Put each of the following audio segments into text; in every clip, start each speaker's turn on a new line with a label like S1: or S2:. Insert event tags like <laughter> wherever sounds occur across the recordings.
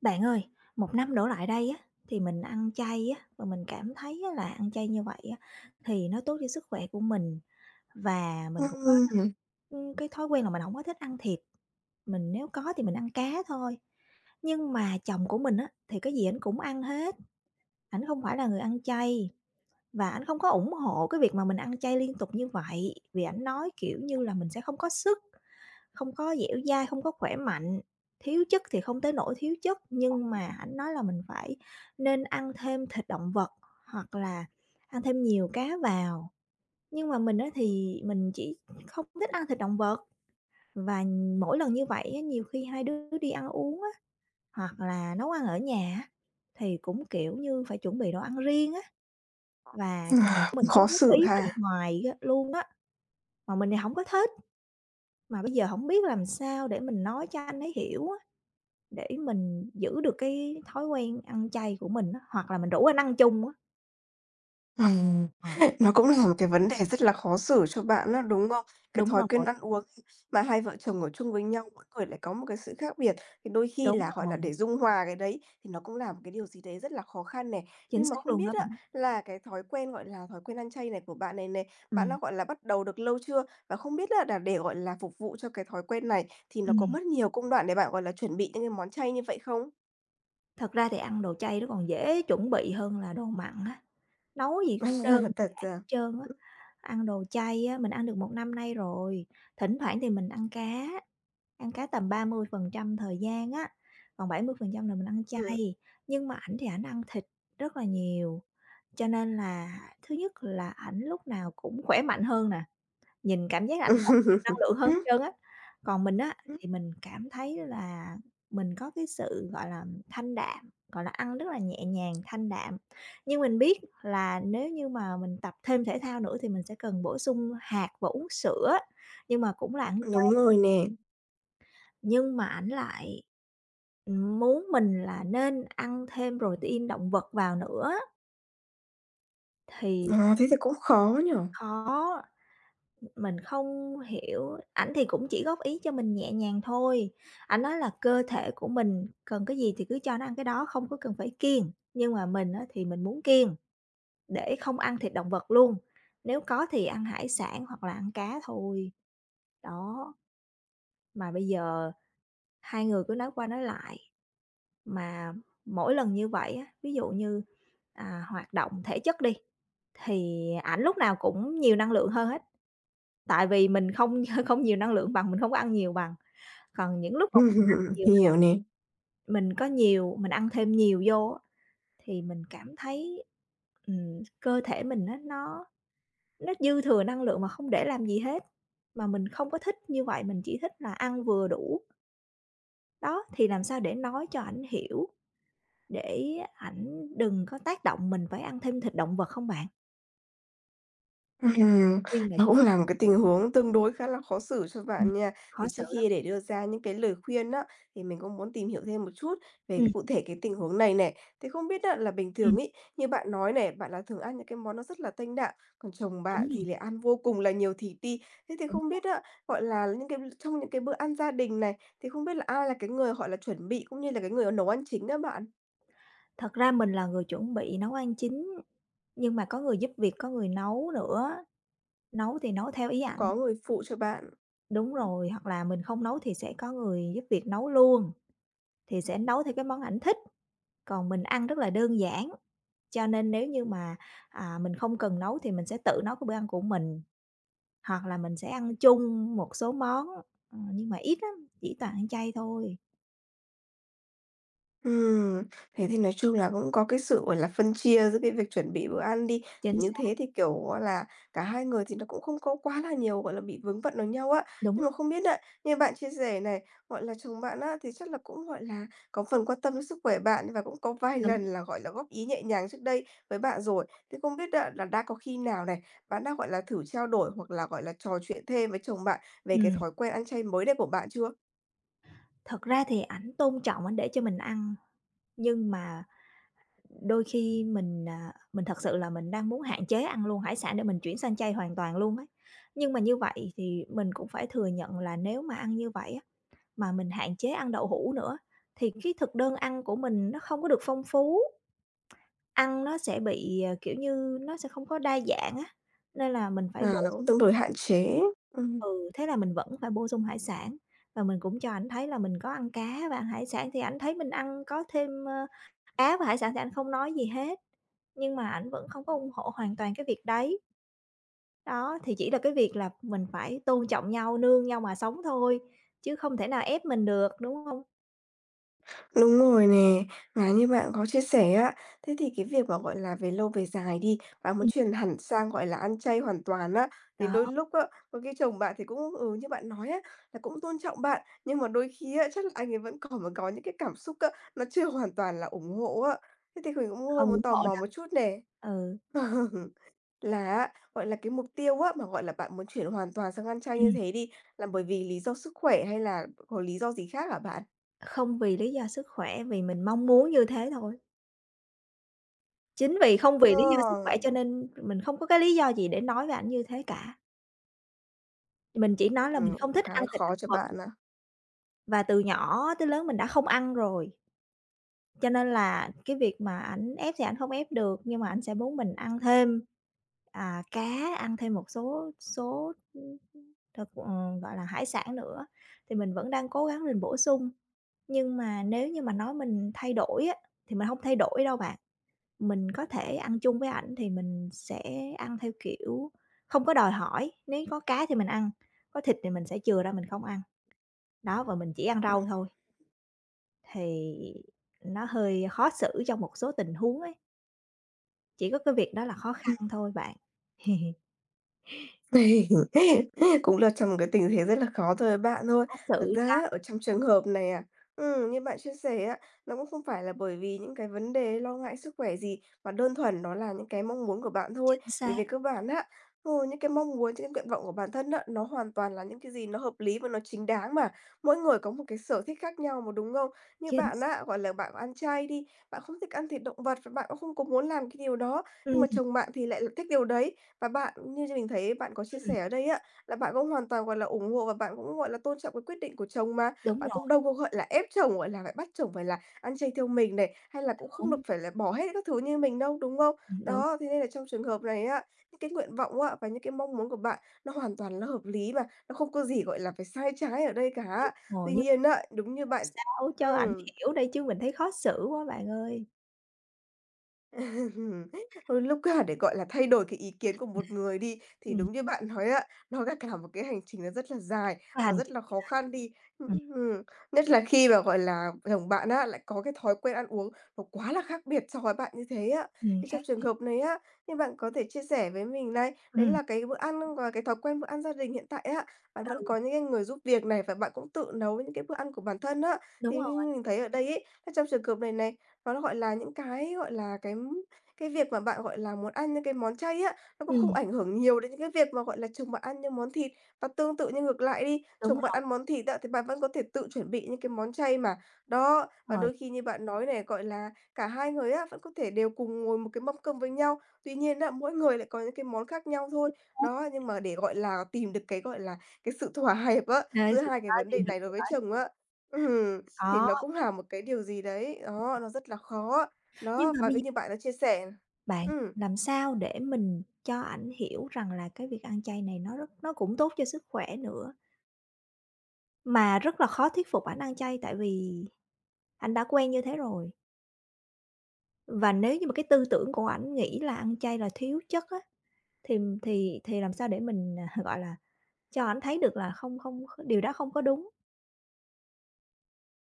S1: Bạn ơi, một năm đổ lại đây á, thì mình ăn chay á, và mình cảm thấy á là ăn chay như vậy á, thì nó tốt cho sức khỏe của mình và mình cũng có,
S2: Ừm,
S1: cái thói quen là mình không có thích ăn thịt, mình nếu có thì mình ăn cá thôi. Nhưng mà chồng của mình á, thì cái gì ảnh cũng ăn hết, ảnh không phải là người ăn chay và ảnh không có ủng hộ cái việc mà mình ăn chay liên tục như vậy, vì ảnh nói, kiểu như là, mình sẽ không có sức. Không có dẻo dai, không có khỏe mạnh, thiếu chất thì không tới nỗi thiếu chất, nhưng mà ảnh nói là mình phải nên ăn thêm thịt động vật hoặc là ăn thêm nhiều cá vào. Nhưng mà mình á thì mình chỉ không thích ăn thịt động vật và mỗi lần như vậy á, nhiều khi hai đứa đi ăn uống á, hoặc là nấu ăn ở nhà á, thì cũng, kiểu như, phải chuẩn bị đồ ăn riêng á, và
S2: <sighs>
S1: chồng của
S2: cũng
S1: mình cứ
S2: khó
S1: góp
S2: xử
S1: ý
S2: ha.
S1: mình hoài á luôn á, mà mình thì hổng có thích. Mà bây giờ không biết làm sao để mình nói cho anh ấy hiểu á. Để mình giữ được cái thói quen ăn chay của mình á, hoặc là mình rủ anh ăn chung á.
S2: Ừm,
S1: Ờ,
S2: <laughs> nó cũng là một cái vấn đề rất là khó xử cho bạn đó đúng không? Cái
S1: đúng
S2: thói
S1: rồi,
S2: quen ăn uống mà hai vợ chồng ở chung với nhau, mỗi người lại có một cái sự khác biệt, thì đôi khi
S1: đúng
S2: là, gọi là,
S1: rồi,
S2: để dung hòa cái đấy thì nó cũng là một cái điều gì đấy rất là khó khăn này.
S1: chính
S2: Nhưng mà
S1: xác
S2: không
S1: luôn
S2: biết
S1: đó
S2: á,
S1: bạn.
S2: là cái thói quen, gọi là, thói quen ăn chay này của bạn này này, bạn
S1: Ừm,
S2: đã, gọi là, bắt đầu được lâu chưa? Và không biết á là để, gọi là, phục vụ cho cái thói quen này thì nó có
S1: ừm,
S2: mất nhiều công đoạn để bạn, gọi là, chuẩn bị những cái món chay như vậy không?
S1: thật ra thì ăn đồ chay nó còn dễ chuẩn bị hơn là đồ mặn á, nấu gì cũng đơn
S2: <laughs> À, thật
S1: giản
S2: à?
S1: hết trơn á. Ăn đồ chay á, mình ăn được một năm nay rồi, thỉnh thoảng thì mình ăn cá tầm 30% thời gian á, còn 70% là mình ăn
S2: Ừm.
S1: chay. Nhưng mà ảnh thì ảnh ăn thịt rất là nhiều, cho nên là thứ nhất là ảnh lúc nào cũng khỏe mạnh hơn nè, nhìn cảm giác ảnh là nhiều năng lượng
S2: <laughs>
S1: hơn hết trơn á. Còn mình á, thì mình cảm thấy là mình có cái sự, gọi là, thanh đạm, gọi là, ăn rất là nhẹ nhàng, thanh đạm. Nhưng mình biết là nếu như mà mình tập thêm thể thao nữa thì mình sẽ cần bổ sung hạt và uống sữa, nhưng mà cũng là ăn
S2: Đúng
S1: chanh.
S2: rồi nè.
S1: Nhưng mà ảnh lại, muốn mình là nên ăn thêm protein động vật vào nữa thì
S2: À, thế thì cũng khó nhở.
S1: khó. Mình không hiểu, ảnh thì cũng chỉ góp ý cho mình nhẹ nhàng thôi, ảnh nói là cơ thể của mình cần cái gì thì cứ cho nó ăn cái đó, không có cần phải kiêng. Nhưng mà mình á thì mình muốn kiêng, để không ăn thịt động vật luôn, nếu có thì ăn hải sản hoặc là ăn cá thôi. Đó, mà bây giờ hai người cứ nói qua nói lại, mà mỗi lần như vậy á, ví dụ như, à, hoạt động thể chất đi, thì ảnh lúc nào cũng nhiều năng lượng hơn hết, tại vì mình không <laughs> không nhiều năng lượng bằng, mình không có ăn nhiều bằng. Còn những lúc mà mình ăn
S2: <laughs>
S1: nhiều
S2: Hiểu nè.
S1: mình có nhiều mình ăn thêm nhiều vô á, thì mình cảm thấy, cơ thể mình á nó dư thừa năng lượng mà không để làm gì hết, mà mình không có thích như vậy, mình chỉ thích là ăn vừa đủ. Đó, thì làm sao để nói cho ảnh hiểu, để ảnh đừng có tác động mình phải ăn thêm thịt động vật không bạn?
S2: Ừm,
S1: Khuyên này
S2: nó cũng là một cái tình huống tương đối khá là khó xử cho
S1: ừm,
S2: bạn nha. Thì
S1: khó
S2: trước
S1: xử lắm.
S2: khi để đưa ra những cái lời khuyên đó thì mình cũng muốn tìm hiểu thêm một chút về cái
S1: Ừm,
S2: cụ thể cái tình huống này này. Thì không biết á, là bình
S1: ừm,
S2: thường ấy, như bạn nói này, bạn là thường ăn những cái món nó rất là thanh đạm, còn chồng bạn
S1: đúng rồi,
S2: thì lại ăn vô cùng là nhiều thịt đi. Thế thì
S1: đúng
S2: không
S1: rồi.
S2: biết á, gọi là, những cái trong những cái bữa ăn gia đình này, thì không biết là ai là cái người, gọi là, chuẩn bị cũng như là cái người nấu ăn chính đó bạn?
S1: Thật ra mình là người chuẩn bị nấu ăn chính, nhưng mà có người giúp việc, có người nấu nữa. Nấu thì nấu theo ý ảnh,
S2: Có người phụ cho bạn?
S1: đúng rồi, hoặc là mình không nấu thì sẽ có người giúp việc nấu luôn, thì sẽ nấu theo cái món ảnh thích, còn mình ăn rất là đơn giản. Cho nên nếu như mà, à, mình không cần nấu thì mình sẽ tự nấu cái bữa ăn của mình, hoặc là mình sẽ ăn chung một số món, ờ, nhưng mà ít lắm, chỉ toàn ăn chay thôi.
S2: Ừm, thế thì nói chung là cũng có cái sự, gọi là, phân chia giữa cái việc chuẩn bị bữa ăn đi, thì
S1: Chính
S2: như
S1: xác,
S2: thế thì, kiểu, á là, cả hai người thì nó cũng không có quá là nhiều, gọi là, bị vướng bận vào nhau á.
S1: đúng
S2: Nhưng
S1: rồi,
S2: mà không biết ạ như bạn chia sẻ này, gọi là, chồng bạn á thì chắc là cũng, gọi là, có phần quan tâm đến sức khỏe bạn và cũng có vài
S1: đúng,
S2: lần là, gọi là, góp ý nhẹ nhàng trước đây với bạn rồi. Thế không biết á là đã có khi nào này, bạn đã, gọi là, thử trao đổi hoặc là, gọi là, trò chuyện thêm với chồng bạn về cái
S1: ừm.
S2: thói quen ăn chay mới đây của bạn chưa?
S1: Thật ra thì ảnh tôn trọng, ảnh để cho mình ăn, nhưng mà đôi khi mình, à, mình thật sự là mình đang muốn hạn chế ăn luôn hải sản để mình chuyển sang chay hoàn toàn luôn ấy. Nhưng mà như vậy thì mình cũng phải thừa nhận là nếu mà ăn như vậy á, mà mình hạn chế ăn đậu hũ nữa thì cái thực đơn ăn của mình nó không có được phong phú, ăn nó sẽ bị, kiểu như, nó sẽ không có đa dạng á, nên là mình phải
S2: À,
S1: bổ
S2: nó
S1: sung
S2: cũng tương đối hạn chế. Ừm.
S1: ừ, thế là mình vẫn phải bổ sung hải sản. Và mình cũng cho ảnh thấy là mình có ăn cá và ăn hải sản thì ảnh thấy mình ăn có thêm, cá và hải sản thì ảnh không nói gì hết. Nhưng mà ảnh vẫn không có ủng hộ hoàn toàn cái việc đấy. Đó, thì chỉ là cái việc là mình phải tôn trọng nhau, nương nhau mà sống thôi, chứ không thể nào ép mình được, đúng hông?
S2: Đúng rồi nè, mà như bạn có chia sẻ á, thế thì cái việc mà, gọi là, về lâu về dài đi, bạn muốn
S1: Ừm.
S2: chuyển hẳn sang, gọi là, ăn chay hoàn toàn á, thì
S1: Đó,
S2: đôi lúc á, có khi chồng bạn thì cũng, ừ, như bạn nói á, là cũng tôn trọng bạn, nhưng mà đôi khi á, chắc là anh ấy vẫn còn mà có những cái cảm xúc á, nó chưa hoàn toàn là ủng hộ á. Thế thì mình cũng hơi
S1: không
S2: muốn
S1: ủng
S2: tò
S1: hộ
S2: mò
S1: đâu.
S2: một chút nè.
S1: Ừ.
S2: <laughs> Là á, gọi là, cái mục tiêu á, mà, gọi là, bạn muốn chuyển hoàn toàn sang ăn chay như
S1: Ừm.
S2: thế đi, là bởi vì lý do sức khỏe hay là có lý do gì khác hả bạn?
S1: Không vì lý do sức khỏe, vì mình mong muốn như thế thôi. Chính vì không vì lý do sức khỏe
S2: Ờ.
S1: cho nên mình không có cái lý do gì để nói với ảnh như thế cả. Mình chỉ nói là mình
S2: Ừm,
S1: không thích
S2: khá
S1: ăn
S2: là
S1: thịt
S2: khó
S1: động
S2: cho
S1: vật
S2: bạn à?
S1: và từ nhỏ tới lớn mình đã không ăn rồi, cho nên là cái việc mà ảnh ép thì ảnh không ép được, nhưng mà ảnh sẽ muốn mình ăn thêm. À, cá, ăn thêm một số số, thực gọi là, hải sản nữa, thì mình vẫn đang cố gắng mình bổ sung. Nhưng mà nếu như mà nói mình thay đổi á, thì mình không thay đổi đâu bạn. Mình có thể ăn chung với ảnh thì mình sẽ ăn theo kiểu không có đòi hỏi, nếu có cá thì mình ăn, có thịt thì mình sẽ chừa ra mình không ăn. Đó, và mình chỉ ăn rau thôi, thì nó hơi khó xử trong một số tình huống ấy, chỉ có cái việc đó là khó khăn thôi bạn.
S2: Này, <laughs> cũng là trong một cái tình thế rất là khó thôi bạn thôi.
S1: Khó xử
S2: Thực ra
S1: là
S2: á, ở trong trường hợp này à, như bạn chia sẻ á, nó cũng không phải là bởi vì những cái vấn đề lo ngại sức khỏe gì, mà đơn thuần nó là những cái mong muốn của bạn thôi.
S1: chính
S2: Thì
S1: xác,
S2: về cơ bản á, ừ, những cái mong muốn, những cái nguyện vọng của bản thân á, nó hoàn toàn là những cái gì nó hợp lý và nó chính đáng mà. Mỗi người có một cái sở thích khác nhau mà, đúng không? Như
S1: chính
S2: bạn
S1: xác.
S2: á, gọi là, bạn ăn chay đi, bạn không thích ăn thịt động vật và bạn cũng không có muốn làm cái điều đó, nhưng mà
S1: Ừm.
S2: chồng bạn thì lại là thích điều đấy. Và bạn như như mình thấy bạn có chia sẻ ở đây á, là bạn cũng hoàn toàn, gọi là, ủng hộ và bạn cũng, gọi là, tôn trọng cái quyết định của chồng mà.
S1: Đúng
S2: Bạn
S1: rồi
S2: cũng đâu có, gọi là, ép chồng, gọi là, phải bắt chồng phải là ăn chay theo mình này, hay là cũng không được
S1: ừm,
S2: phải là bỏ hết các thứ như mình đâu, đúng không?
S1: đúng,
S2: Đó, thế nên là trong trường hợp này á, những cái nguyện vọng á, và những cái mong muốn của bạn nó hoàn toàn là hợp lý mà, nó không có gì, gọi là, phải sai trái ở đây cả.
S1: rồi
S2: Tuy
S1: nhưng
S2: nhiên á, đúng như
S1: làm
S2: bạn
S1: sao cho ảnh
S2: ừm.
S1: hiểu đây chứ mình thấy khó xử quá bạn ơi.
S2: <laughs> Đôi lúc cả để, gọi là, thay đổi cái ý kiến của một người đi, thì
S1: Ừm,
S2: đúng như bạn nói ạ nó là cả một cái hành trình nó rất là dài
S1: cái
S2: và
S1: hành
S2: rất
S1: trình
S2: là khó
S1: dài.
S2: khăn đi.
S1: Ừm,
S2: Ừm, ừm, nhất là khi mà, gọi là, chồng bạn á, lại có cái thói quen ăn uống nó quá là khác biệt so với bạn như thế á. Thì trong
S1: khác
S2: trường hợp này á, thì bạn có thể chia sẻ với mình này, đấy
S1: ừm,
S2: là cái bữa ăn và cái thói quen bữa ăn gia đình hiện tại á, bạn vẫn
S1: ừ,
S2: có những cái người giúp việc này và bạn cũng tự nấu những cái bữa ăn của bản thân á. Thì
S1: đúng rồi,
S2: mình thấy ở đây ấy, là trong trường hợp này này nó gọi là, những cái, gọi là, cái việc mà bạn, gọi là, muốn ăn những cái món chay á, nó cũng không
S1: ừm,
S2: ảnh hưởng nhiều đến những cái việc mà, gọi là, chồng bạn ăn những món thịt. Và tương tự như ngược lại đi,
S1: đúng
S2: chồng bạn
S1: rồi,
S2: ăn món thịt á, thì bạn vẫn có thể tự chuẩn bị những cái món chay mà. Đó, và
S1: rồi,
S2: đôi khi như bạn nói này, gọi là, cả hai người á, vẫn có thể đều cùng ngồi một cái mâm cơm với nhau. Tuy nhiên á, mỗi người lại có những cái món khác nhau thôi.
S1: khác
S2: Đó, nhưng mà để, gọi là, tìm được cái, gọi là, cái sự thỏa hiệp á, giữa
S1: sự
S2: hai cái
S1: đó
S2: vấn
S1: thì
S2: đề
S1: được
S2: này đối
S1: người
S2: với
S1: thật
S2: chồng á. Ừm. Thì
S1: khó.
S2: nó cũng là một cái điều gì đấy, đó, nó rất là khó.
S1: Nhưng
S2: Đó,
S1: mà
S2: và
S1: bây
S2: cái
S1: giờ
S2: như bạn đã chia sẻ.
S1: bạn
S2: Ừ.
S1: làm sao để mình cho ảnh hiểu rằng là cái việc ăn chay này nó rất nó cũng tốt cho sức khỏe nữa, mà rất là khó thuyết phục ảnh ăn chay tại vì ảnh đã quen như thế rồi. Và nếu như mà cái tư tưởng của ảnh nghĩ là ăn chay là thiếu chất á, thì làm sao để mình, à, gọi là, cho ảnh thấy được là không không điều đó không có đúng.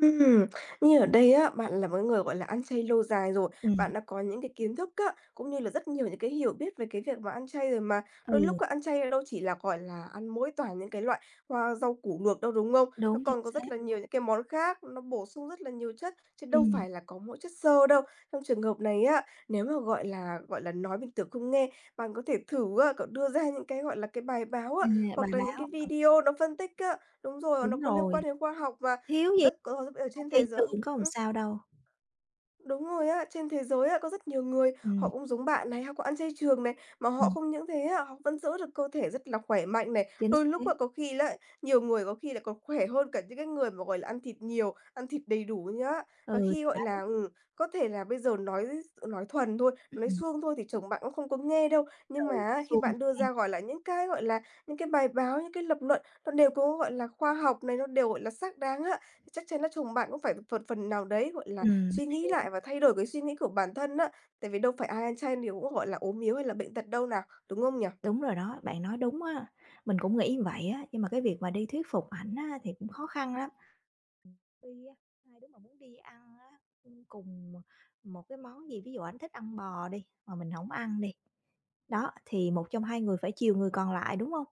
S2: Ừm, như ở đây á, bạn là một cái người, gọi là, ăn chay lâu dài rồi,
S1: Ừm,
S2: bạn đã có những cái kiến thức á, cũng như là rất nhiều những cái hiểu biết về cái việc mà ăn chay rồi mà. Đôi lúc
S1: ừ,
S2: á, ăn chay đâu chỉ là, gọi là, ăn mỗi toàn những cái loại hoa rau củ luộc đâu, đúng không? Nó
S1: đúng,
S2: còn
S1: chính
S2: có rất
S1: xác.
S2: là nhiều những cái món khác, nó bổ sung rất là nhiều chất, chứ đâu
S1: Ừm,
S2: phải là có mỗi chất xơ đâu. Trong trường hợp này á, nếu mà, gọi là, nói bình thường không nghe, bạn có thể thử á, cậu đưa ra những cái, gọi là, cái bài báo á,
S1: ừm, bài
S2: hoặc là những cái
S1: báo,
S2: video nó phân tích á đúng rồi, nó
S1: đúng
S2: có liên quan
S1: rồi,
S2: đến khoa học mà,
S1: thiếu gì
S2: đất có ở
S1: ăn
S2: trên thế
S1: chay
S2: giới.
S1: trường có làm
S2: Ừ.
S1: sao đâu.
S2: Đúng rồi á, trên thế giới á, có rất nhiều người họ
S1: Ừm,
S2: cũng giống bạn này, họ cũng ăn chay trường này, mà họ
S1: ừm,
S2: không những thế á, họ vẫn giữ được cơ thể rất là khỏe mạnh này.
S1: chính
S2: Đôi lúc
S1: xác,
S2: á, có khi là nhiều người có khi lại còn khỏe hơn cả những cái người mà, gọi là, ăn thịt nhiều, ăn thịt đầy đủ nhá. Và
S1: ừ,
S2: khi,
S1: thì
S2: gọi là, ừ, có thể là bây giờ nói thuần thôi, nói
S1: ừm,
S2: suông thôi thì chồng bạn cũng không có nghe đâu, nhưng mà
S1: ừ,
S2: á, khi
S1: xui
S2: bạn
S1: quá
S2: đưa
S1: ha.
S2: ra, gọi là, những cái, những cái bài báo, những cái lập luận nó đều có, gọi là, khoa học này, nó đều, gọi là, xác đáng á, thì chắc chắn là chồng bạn cũng phải phần phần nào đấy, gọi là,
S1: Ừm,
S2: suy nghĩ lại và thay đổi cái suy nghĩ của bản thân á, tại vì đâu phải ai ăn chay đều cũng, gọi là, ốm yếu hay là bệnh tật đâu nào, đúng không nhỉ?
S1: đúng rồi đó, bạn nói đúng á, mình cũng nghĩ như vậy á, nhưng mà cái việc mà đi thuyết phục ảnh á thì cũng khó khăn lắm. Tuy á, hai đứa mà muốn đi ăn á, cùng một cái món gì, ví dụ ảnh thích ăn bò đi, mà mình hổng ăn đi, đó, thì một trong hai người phải chiều người còn lại, đúng không?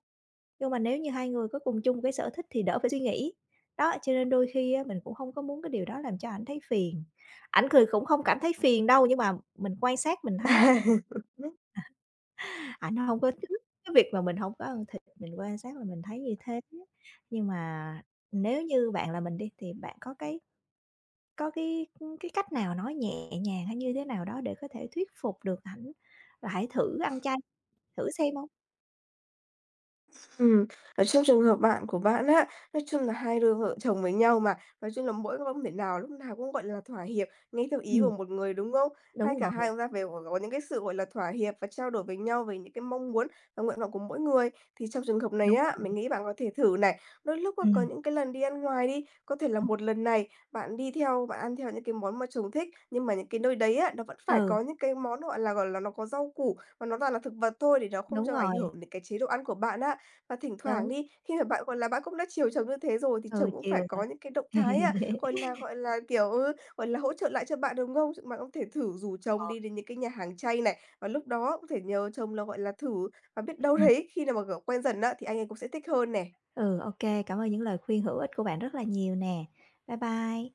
S1: Nhưng mà nếu như hai người có cùng chung cái sở thích thì đỡ phải suy nghĩ. Đó, cho nên đôi khi á, mình cũng không có muốn cái điều đó làm cho ảnh thấy phiền. Ảnh cười cũng không cảm thấy phiền đâu, nhưng mà mình quan sát mình thấy
S2: <laughs>
S1: ảnh hông có thích cái việc mà mình hông có ăn thịt, mình quan sát là mình thấy như thế. Nhưng mà nếu như bạn là mình đi, thì bạn có cái, cái cách nào nói nhẹ nhàng hay như thế nào đó để có thể thuyết phục được ảnh là hãy thử ăn chay, thử xem hông?
S2: Ừm, ở trong trường hợp bạn của bạn á, nói chung là hai đôi vợ chồng với nhau mà, nói chung là mỗi không thể nào lúc nào cũng, gọi là, thỏa hiệp nghe theo ý của
S1: Ừm.
S2: một người, đúng không?
S1: Đúng
S2: Hai cả
S1: rồi,
S2: hai chúng ta phải có những cái sự, gọi là, thỏa hiệp và trao đổi với nhau về những cái mong muốn và nguyện vọng của mỗi người. Thì trong trường hợp này
S1: đúng
S2: á, mình nghĩ bạn có thể thử này, đôi lúc á, có
S1: ừm,
S2: những cái lần đi ăn ngoài đi, có thể là một lần này bạn đi theo bạn ăn theo những cái món mà chồng thích, nhưng mà những cái nơi đấy á, nó vẫn phải
S1: ừ,
S2: có những cái món, gọi là, nó có rau củ và nó toàn là thực vật thôi để nó không
S1: đúng
S2: cho ảnh
S1: rồi,
S2: hưởng đến cái chế độ ăn của bạn á. Và thỉnh thoảng
S1: đúng,
S2: đi, khi mà bạn, gọi là, bạn cũng đã chiều chồng như thế rồi thì chồng
S1: ừ,
S2: cũng phải
S1: chiều
S2: có
S1: rồi.
S2: những cái động thái, a, gọi
S1: <laughs>
S2: là, gọi là, kiểu, ừ, gọi là, hỗ trợ lại cho bạn, đúng không? Chứ bạn cũng thể thử rủ chồng
S1: Ờ,
S2: đi đến những cái nhà hàng chay này, và lúc đó cũng thể nhờ chồng là, gọi là, thử, và biết đâu
S1: ừm,
S2: đấy khi nào mà, kiểu, quen dần á thì anh ấy cũng sẽ thích hơn nè.
S1: ừ, ô cảm ơn những lời khuyên hữu ích của bạn rất là nhiều nè. Bye bye.